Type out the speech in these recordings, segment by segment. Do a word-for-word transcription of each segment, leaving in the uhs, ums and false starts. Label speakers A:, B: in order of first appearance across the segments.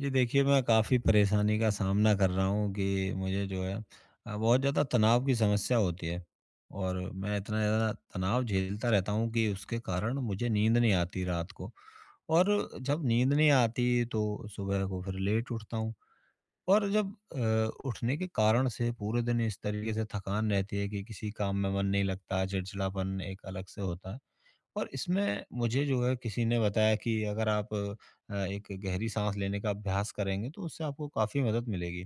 A: जी देखिए, मैं काफ़ी परेशानी का सामना कर रहा हूँ कि मुझे जो है अ, बहुत ज़्यादा तनाव की समस्या होती है। और मैं इतना ज़्यादा तनाव झेलता रहता हूँ कि उसके कारण मुझे नींद नहीं आती रात को। और जब नींद नहीं आती तो सुबह को फिर लेट उठता हूँ। और जब अ, उठने के कारण से पूरे दिन इस तरीके से थकान रहती है कि किसी काम में मन नहीं लगता, चिड़चिड़ापन एक अलग से होता है। और इसमें मुझे जो है किसी ने बताया कि अगर आप अ, एक गहरी साँस लेने का अभ्यास करेंगे तो उससे आपको काफ़ी मदद मिलेगी।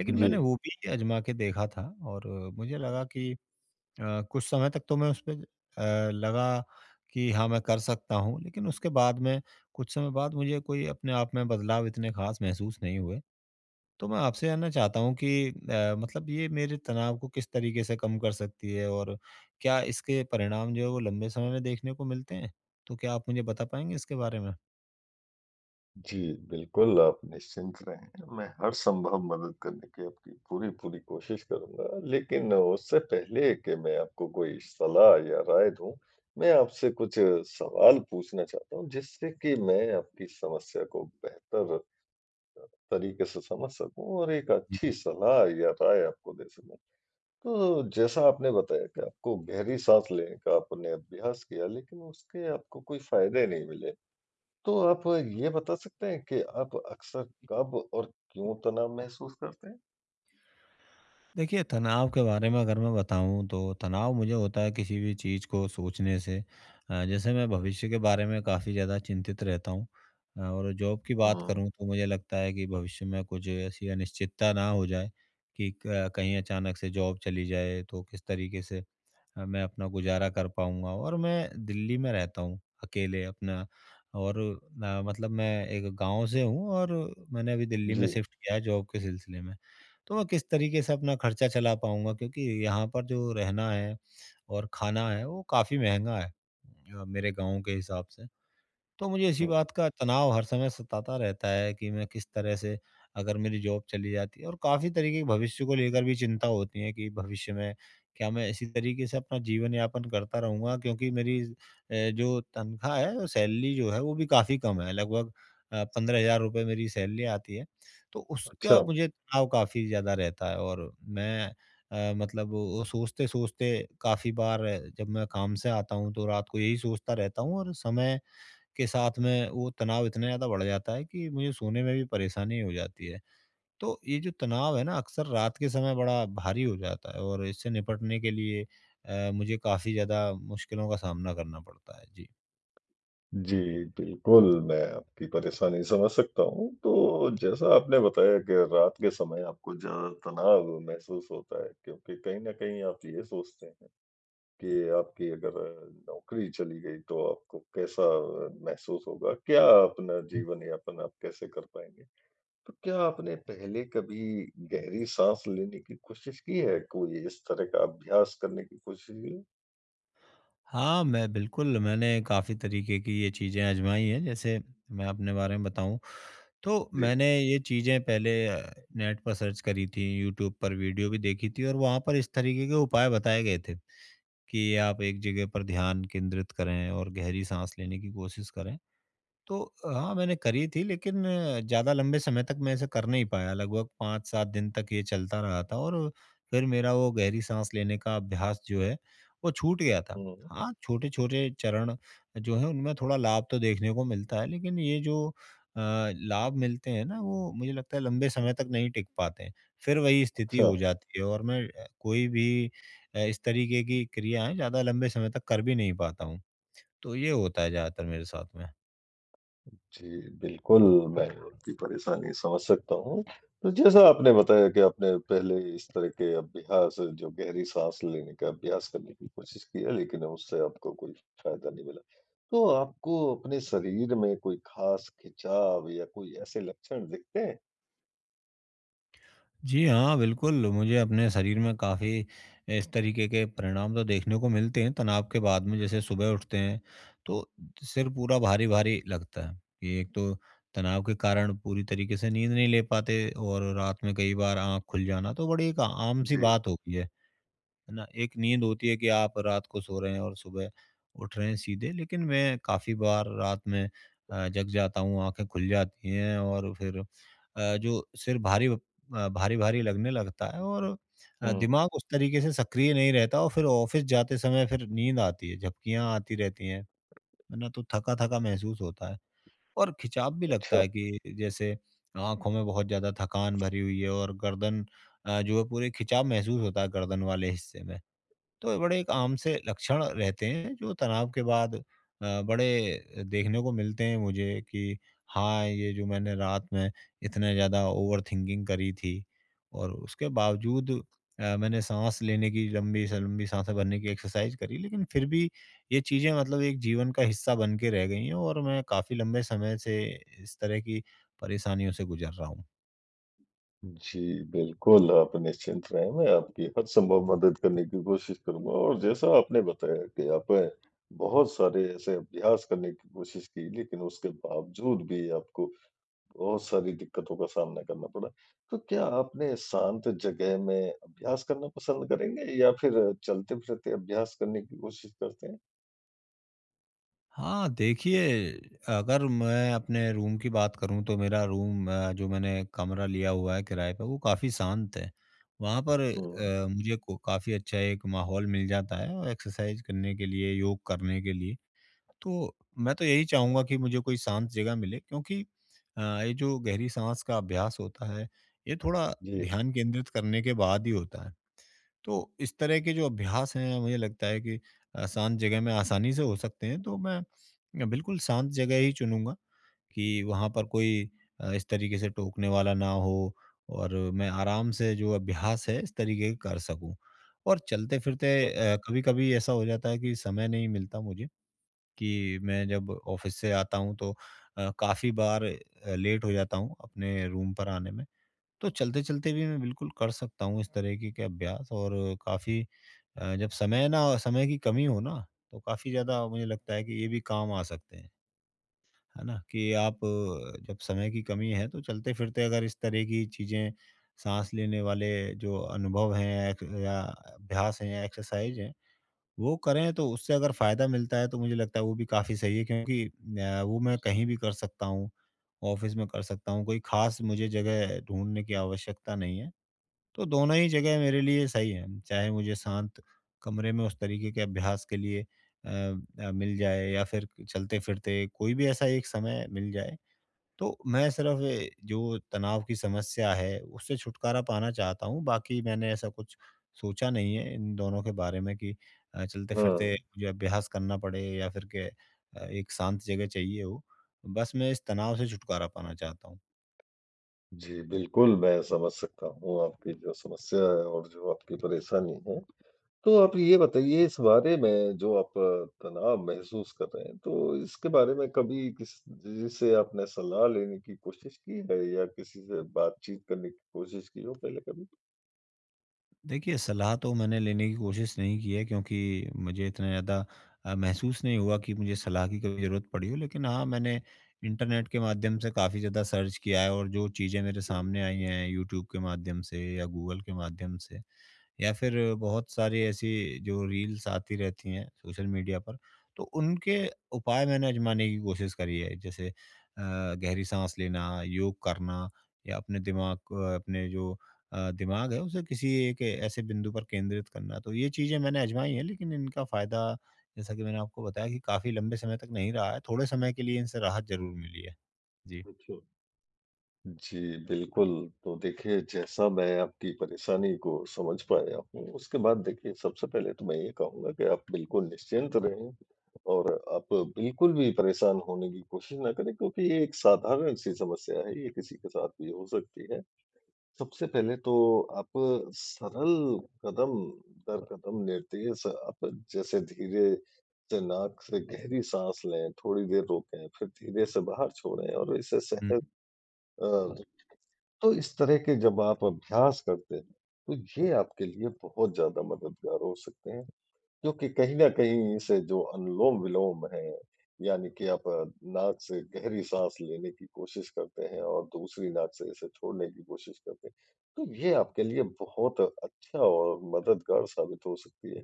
A: लेकिन मैंने
B: जी,
A: वो भी आज़मा के देखा था और मुझे लगा कि अ, कुछ समय तक तो मैं उसपे अ, लगा कि हाँ, मैं कर सकता हूँ। लेकिन उसके बाद में कुछ समय बाद मुझे कोई अपने आप में बदलाव इतने ख़ास महसूस नहीं हुए। तो मैं आपसे जानना चाहता हूँ कि अ, मतलब ये मेरे तनाव को किस तरीके से कम कर सकती है और क्या इसके परिणाम जो है वो लंबे समय में देखने को मिलते हैं? तो क्या आप मुझे बता पाएँगे इसके बारे में?
B: जी, बिल्कुल, आप निश्चिंत रहें, मैं हर संभव मदद करने की आपकी पूरी-पूरी कोशिश करूँगा, लेकिन उससे पहले कि मैं आपको कोई सलाह या राय दूँ, मैं आपसे कुछ सवाल पूछना चाहता हूँ, जिससे कि मैं आपकी समस्या को बेहतर तरीके से समझ सकूँ और एक
A: जी।
B: अच्छी सलाह या राय आपको दे सकूँ। तो जैसा आपने बताया कि आपको गहरी साँस लेने का आपने अभ्यास किया, लेकिन उसके आपको कोई फ़ायदे नहीं मिले। तो आप ये बता सकते हैं कि आप अक्सर कब और क्यों तनाव महसूस करते हैं?
A: देखिए, तनाव के बारे में अगर मैं बताऊँ तो तनाव मुझे होता है किसी भी चीज़ को सोचने से। अ, जैसे मैं भविष्य के बारे में काफ़ी ज़्यादा चिंतित रहता हूँ। अ, और जॉब की बात
B: हुँ।
A: करूँ तो मुझे लगता है कि भविष्य में कुछ ऐसी अनिश्चितता ना हो जाए कि क कहीं अचानक से जॉब चली जाए तो किस तरीके से अ, मैं अपना गुज़ारा कर पाऊँगा। और मैं दिल्ली में रहता हूँ अकेले अपना। और अ, मतलब मैं एक गाँव से हूँ और मैंने अभी दिल्ली में
B: जी,
A: शिफ्ट किया है जॉब के सिलसिले में। तो मैं किस तरीके से अपना खर्चा चला पाऊँगा क्योंकि यहाँ पर जो रहना है और खाना है वो काफ़ी महँगा है अ, मेरे गाँव के हिसाब से। तो मुझे इसी
B: हुँ,
A: बात का तनाव हर समय सताता रहता है कि मैं किस तरह से अगर मेरी जॉब चली जाती है, और काफ़ी तरीके की भविष्य को लेकर भी चिंता होती है कि भविष्य में क्या मैं इसी तरीके से अपना जीवन यापन करता रहूँगा क्योंकि मेरी अ, जो तनख्वाह है और सैलरी जो है वो भी काफ़ी कम है, लगभग पंद्रह हज़ार रुपये मेरी सैलरी आती है। तो
B: अच्छा।
A: उसका मुझे तनाव काफ़ी ज़्यादा रहता है। और मैं अ, मतलब वो सोचते सोचते काफ़ी बार जब मैं काम से आता हूँ तो रात को यही सोचता रहता हूँ, और समय के साथ में वो तनाव इतना ज़्यादा बढ़ जाता है कि मुझे सोने में भी परेशानी हो जाती है। तो ये जो तनाव है ना अक्सर रात के समय बड़ा भारी हो जाता है और इससे निपटने के लिए अ, मुझे काफ़ी ज़्यादा मुश्किलों का सामना करना पड़ता है। जी।
B: जी, बिल्कुल, मैं आपकी परेशानी समझ सकता हूँ। तो जैसा आपने बताया कि रात के समय आपको ज़्यादा तनाव महसूस होता है, क्योंकि कहीं न कहीं आप ये सोचते हैं कि आपकी अगर नौकरी चली गई तो आपको कैसा महसूस होगा? क्या अपना जीवन यापन आप कैसे कर पाएँगे? तो क्या आपने पहले कभी गहरी साँस लेने की कोशिश की है? कोई इस तरह का अभ्यास करने की कोशिश की?
A: हाँ, मैं बिल्कुल मैंने काफ़ी तरीके की ये चीज़ें आज़माई हैं। जैसे मैं अपने बारे में बताऊँ तो
B: जी।
A: मैंने ये चीज़ें पहले अ, नेट पर सर्च करी थी, यूट्यूब पर वीडियो भी देखी थी और वहाँ पर इस तरीके के उपाय बताए गए थे। कि आप एक जगह पर ध्यान केंद्रित करें और गहरी साँस लेने की कोशिश करें। तो हाँ, मैंने करी थी लेकिन ज़्यादा लंबे समय तक मैं ऐसे कर नहीं पाया, लगभग पाँच सात दिन तक ये चलता रहा था और फिर मेरा वो गहरी साँस लेने का अभ्यास जो है, वो छूट गया था।
B: हुँ,
A: हाँ, छोटे-छोटे चरण जो हैं उनमें थोड़ा लाभ तो देखने को मिलता है, लेकिन ये जो अ, लाभ मिलते हैं ना वो मुझे लगता है लंबे समय तक नहीं टिक पाते हैं। फिर वही स्थिति
B: अच्छा।
A: हो जाती है और मैं अ, कोई भी अ, इस तरीके की क्रियाएँ ज़्यादा लंबे समय तक कर भी नहीं पाता हूँ। तो ये होता है ज़्यादातर मेरे साथ में।
B: जी, बिल्कुल, मैं आपकी परेशानी समझ सकता हूँ। तो जैसा आपने बताया कि आपने पहले इस तरह के अभ्यास, जो गहरी साँस लेने का अभ्यास करने की कोशिश की है, लेकिन उससे आपको कोई फ़ायदा नहीं मिला। तो आपको अपने शरीर में कोई ख़ास खिंचाव या कोई ऐसे लक्षण दिखते हैं?
A: जी हाँ, बिल्कुल, मुझे अपने शरीर में काफ़ी इस तरीके के परिणाम तो देखने को मिलते हैं तनाव के बाद में। जैसे सुबह उठते हैं, तो सिर पूरा भारी-भारी लगता है। ये एक तो तनाव के कारण पूरी तरीके से नींद नहीं ले पाते, और रात में कई बार आँख खुल जाना तो बड़ी एक आम-सी
B: जी।
A: बात हो गई है। है ना? एक नींद होती है कि आप रात को सो रहे हैं और सुबह उठ रहे हैं सीधे, लेकिन मैं काफ़ी बार रात में अ, जग जाता हूँ, आँखें खुल जाती हैं और फिर अ, जो सिर भारी अ, भारी-भारी लगने लगता है, और अ,
B: हुँ,
A: दिमाग उस तरीके से सक्रिय नहीं रहता, और फिर ऑफ़िस जाते समय फिर नींद आती है, झपकियाँ आती रहती हैं, है ना? तो थका-थका महसूस होता है और खिंचाव भी लगता
B: अच्छा।
A: है कि जैसे आँखों में बहुत ज़्यादा थकान भरी हुई है, और गर्दन अ, जो है पूरे खिंचाव महसूस होता है गर्दन वाले हिस्से में। तो ये बड़े एक आम से लक्षण रहते हैं जो तनाव के बाद अ, बड़े देखने को मिलते हैं मुझे कि हाँ, ये जो मैंने रात में इतने ज़्यादा ओवरथिंकिंग करी थी, और उसके बावजूद अ, मैंने साँस लेने की लंबी से लंबी साँसें भरने की एक्सरसाइज करी लेकिन फिर भी ये चीज़ें मतलब एक जीवन का हिस्सा बन के रह गई हैं, और मैं काफ़ी लंबे समय से इस तरह की परेशानियों से गुज़र रहा हूँ।
B: जी, बिल्कुल, आप निश्चिंत रहें, मैं आपकी हर संभव मदद करने की कोशिश करूँगा। और जैसा आपने बताया कि आप बहुत सारे ऐसे अभ्यास करने की कोशिश की, लेकिन उसके बावजूद भी आपको बहुत सारी दिक्कतों का सामना करना पड़ा। तो क्या आपने शांत जगह में अभ्यास करना पसंद करेंगे या फिर चलते-फिरते अभ्यास करने की कोशिश करते हैं?
A: हाँ, देखिए, अगर मैं अपने रूम की बात करूँ तो मेरा रूम अ, जो मैंने कमरा लिया हुआ है किराए पे वो काफ़ी शांत है। वहाँ पर
B: हुँ,
A: अ, मुझे को काफ़ी अच्छा एक माहौल मिल जाता है, और एक्सरसाइज करने के लिए, योग करने के लिए। तो मैं तो यही चाहूँगा कि मुझे कोई शांत जगह मिले, क्योंकि अ, ये जो गहरी साँस का अभ्यास होता है, ये थोड़ा
B: जी,
A: ध्यान केंद्रित करने के बाद ही होता है। तो इस तरह के जो अभ्यास हैं मुझे लगता है कि अ, शांत जगह में आसानी से हो सकते हैं, तो मैं अ, बिल्कुल शांत जगह ही चुनूँगा कि वहाँ पर कोई अ, इस तरीके से टोकने वाला ना हो, और मैं आराम से जो अभ्यास है इस तरीके का कर सकूँ। और चलते-फिरते
B: अच्छा।
A: अ, कभी-कभी ऐसा हो जाता है कि समय नहीं मिलता मुझे कि मैं जब ऑफ़िस से आता हूँ तो अ, काफ़ी बार अ, लेट हो जाता हूँ अपने रूम पर आने में। तो चलते-चलते भी मैं बिल्कुल कर सकता हूँ इस तरीके के के अभ्यास, और काफ़ी अ, जब समय ना समय की कमी हो ना, तो काफ़ी ज़्यादा मुझे लगता है कि ये भी काम आ सकते हैं, है ना? कि आप अ, जब समय की कमी है तो चलते-फिरते अगर इस तरह की चीज़ें साँस लेने वाले जो अनुभव हैं एक या अभ्यास हैं या एक्सरसाइज़ हैं, वो करें तो उससे अगर फ़ायदा मिलता है तो मुझे लगता है वो भी काफ़ी सही है, क्योंकि अ, वो मैं कहीं भी कर सकता हूँ, ऑफ़िस में कर सकता हूँ, कोई ख़ास मुझे जगह ढूँढने की आवश्यकता नहीं है। तो दोनों ही जगह मेरे लिए सही है। चाहे मुझे शांत कमरे में उस तरीके के अभ्यास के लिए अ अ, मिल जाए या फिर चलते-फिरते कोई भी ऐसा एक समय मिल जाए, तो मैं सिर्फ़ ए जो तनाव की समस्या है, उससे छुटकारा पाना चाहता हूँ। बाकी मैंने ऐसा कुछ सोचा नहीं है इन दोनों के बारे में कि अ, चलते-फिरते
B: हाँ,
A: मुझे अभ्यास करना पड़े या फिर के अ, एक शांत जगह चाहिए हो। बस मैं इस तनाव से छुटकारा पाना चाहता हूँ।
B: जी, बिल्कुल, मैं समझ सकता हूँ आपकी जो समस्या है और जो आपकी परेशानी है। तो आप ये बताइए, इस बारे में जो आप अ, तनाव महसूस कर रहे हैं, तो इसके बारे में कभी किस जिससे आपने सलाह लेने की कोशिश की है या किसी से बातचीत करने की कोशिश की हो पहले कभी?
A: देखिए, सलाह तो मैंने लेने की कोशिश नहीं की है क्योंकि मुझे इतना ज़्यादा अ, महसूस नहीं हुआ कि मुझे सलाह की कभी ज़रूरत पड़ी हो। लेकिन हाँ, मैंने इंटरनेट के माध्यम से काफ़ी ज़्यादा सर्च किया है, और जो चीज़ें मेरे सामने आई हैं यूट्यूब के माध्यम से या गूगल के माध्यम से या फिर बहुत सारी ऐसी जो रील्स आती रहती हैं सोशल मीडिया पर, तो उनके उपाय मैंने आज़माने की कोशिश करी है। जैसे अ, गहरी साँस लेना, योग करना, या अपने दिमाग को अपने जो अ, दिमाग है उसे किसी एक ऐसे बिंदु पर केंद्रित करना। तो ये चीज़ें मैंने आज़माई हैं लेकिन इनका फ़ायदा जैसा कि मैंने आपको बताया कि काफ़ी लंबे समय तक नहीं रहा है, थोड़े समय के लिए इनसे राहत ज़रूर मिली है। जी।
B: अच्छा। जी, बिल्कुल। तो देखिए, जैसा मैं आपकी परेशानी को समझ पाया हूँ, उसके बाद देखिए, सबसे पहले तो मैं ये कहूँगा कि आप बिल्कुल निश्चिंत रहें और आप बिल्कुल भी परेशान होने की कोशिश ना करें, क्योंकि ये एक साधारण-सी समस्या है, ये किसी के साथ भी हो सकती है। सबसे पहले तो आप सरल कदम दर कदम लेते हैं। स आप जैसे धीरे से नाक से गहरी साँस लें, थोड़ी देर रोकें, फिर धीरे से बाहर छोड़ें और इसे
A: हुँ।
B: सहज अ, तो इस तरह के जब आप अभ्यास करते हैं, तो ये आपके लिए बहुत ज़्यादा मददगार हो सकते हैं। क्योंकि कहीं न कहीं से जो अनुलोम-विलोम है, यानी कि आप अ, नाक से गहरी साँस लेने की कोशिश करते हैं और दूसरी नाक से इसे छोड़ने की कोशिश करते हैं। तो ये आपके लिए बहुत अच्छा और मददगार साबित हो सकती है,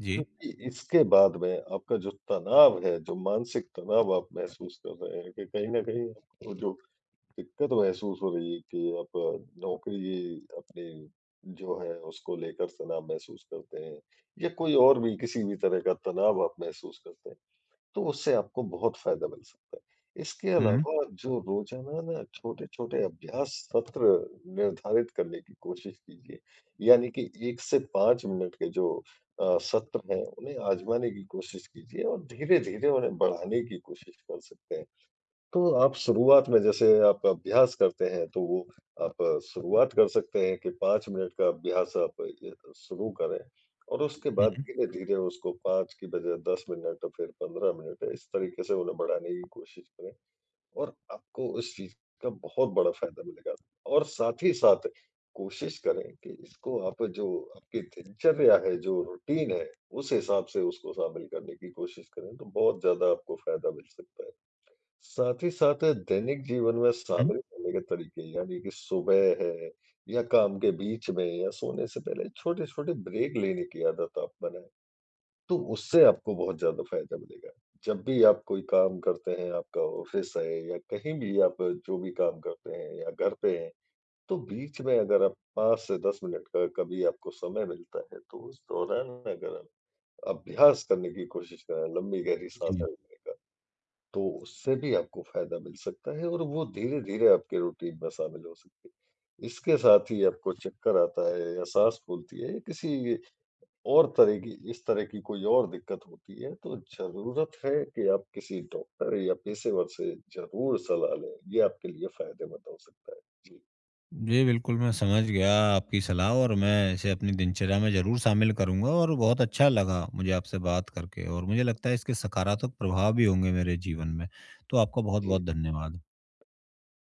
A: जी।
B: क्योंकि इसके बाद में आपका जो तनाव है, जो मानसिक तनाव आप महसूस कर रहे हैं कि कहीं न कहीं आपको जो दिक्कत महसूस हो रही है कि आप नौकरी अपनी जो है उसको लेकर तनाव महसूस करते हैं या कोई और भी किसी भी तरह का तनाव आप महसूस करते हैं, तो उससे आपको बहुत फायदा मिल सकता है। इसके
A: हुँ।
B: अलावा जो रोजाना ना छोटे-छोटे अभ्यास सत्र निर्धारित करने की कोशिश कीजिए। यानी कि एक से पाँच मिनट के जो अ, सत्र हैं, उन्हें आज़माने की कोशिश कीजिए और धीरे-धीरे उन्हें बढ़ाने की कोशिश कर सकते हैं। तो आप शुरुआत में जैसे आप अभ्यास करते हैं, तो वो आप शुरुआत कर सकते हैं कि पाँच मिनट का अभ्यास आप ये शुरू करें और उसके बाद
A: हुँ।
B: धीरे-धीरे उसको पाँच की बजाय दस मिनट, फिर पंद्रह मिनट, इस तरीके से उन्हें बढ़ाने की कोशिश करें और आपको उस चीज़ का बहुत बड़ा फ़ायदा मिलेगा। और साथ ही साथ कोशिश करें कि इसको आप जो आपकी दिनचर्या है, जो रूटीन है, उस हिसाब से उसको शामिल करने की कोशिश करें, तो बहुत ज़्यादा आपको फ़ायदा मिल सकता है। साथ ही साथ दैनिक जीवन में
A: हुँ।
B: शामिल करने के तरीके, यानी कि सुबह है या काम के बीच में या सोने से पहले छोटे-छोटे ब्रेक लेने की आदत आप बनाएँ, तो उससे आपको बहुत ज़्यादा फ़ायदा मिलेगा। जब भी आप कोई काम करते हैं, आपका ऑफ़िस है या कहीं भी आप जो भी काम करते हैं या घर पे हैं, तो बीच में अगर आप पाँच से दस मिनट का कभी आपको समय मिलता है, तो उस दौरान अगर आप अभ्यास करने की कोशिश करें, लंबी गहरी
A: जी।
B: साँसें लेने का, तो उससे भी आपको फ़ायदा मिल सकता है और वो धीरे-धीरे आपके रूटीन में शामिल हो सकती है। इसके साथ ही आपको चक्कर आता है या साँस फूलती है या किसी और तरह की इस तरह की कोई और दिक्कत होती है, तो ज़रूरत है कि आप किसी डॉक्टर या पेशेवर से ज़रूर सलाह लें, ये आपके लिए फ़ायदेमंद हो सकता है। जी,
A: जी, बिल्कुल, मैं समझ गया आपकी सलाह, और मैं इसे अपनी दिनचर्या में ज़रूर शामिल करूँगा, और बहुत अच्छा लगा मुझे आपसे बात करके, और मुझे लगता है इसके सकारात्मक प्रभाव भी होंगे मेरे जीवन में। तो आपका
B: जी।
A: बहुत-बहुत धन्यवाद।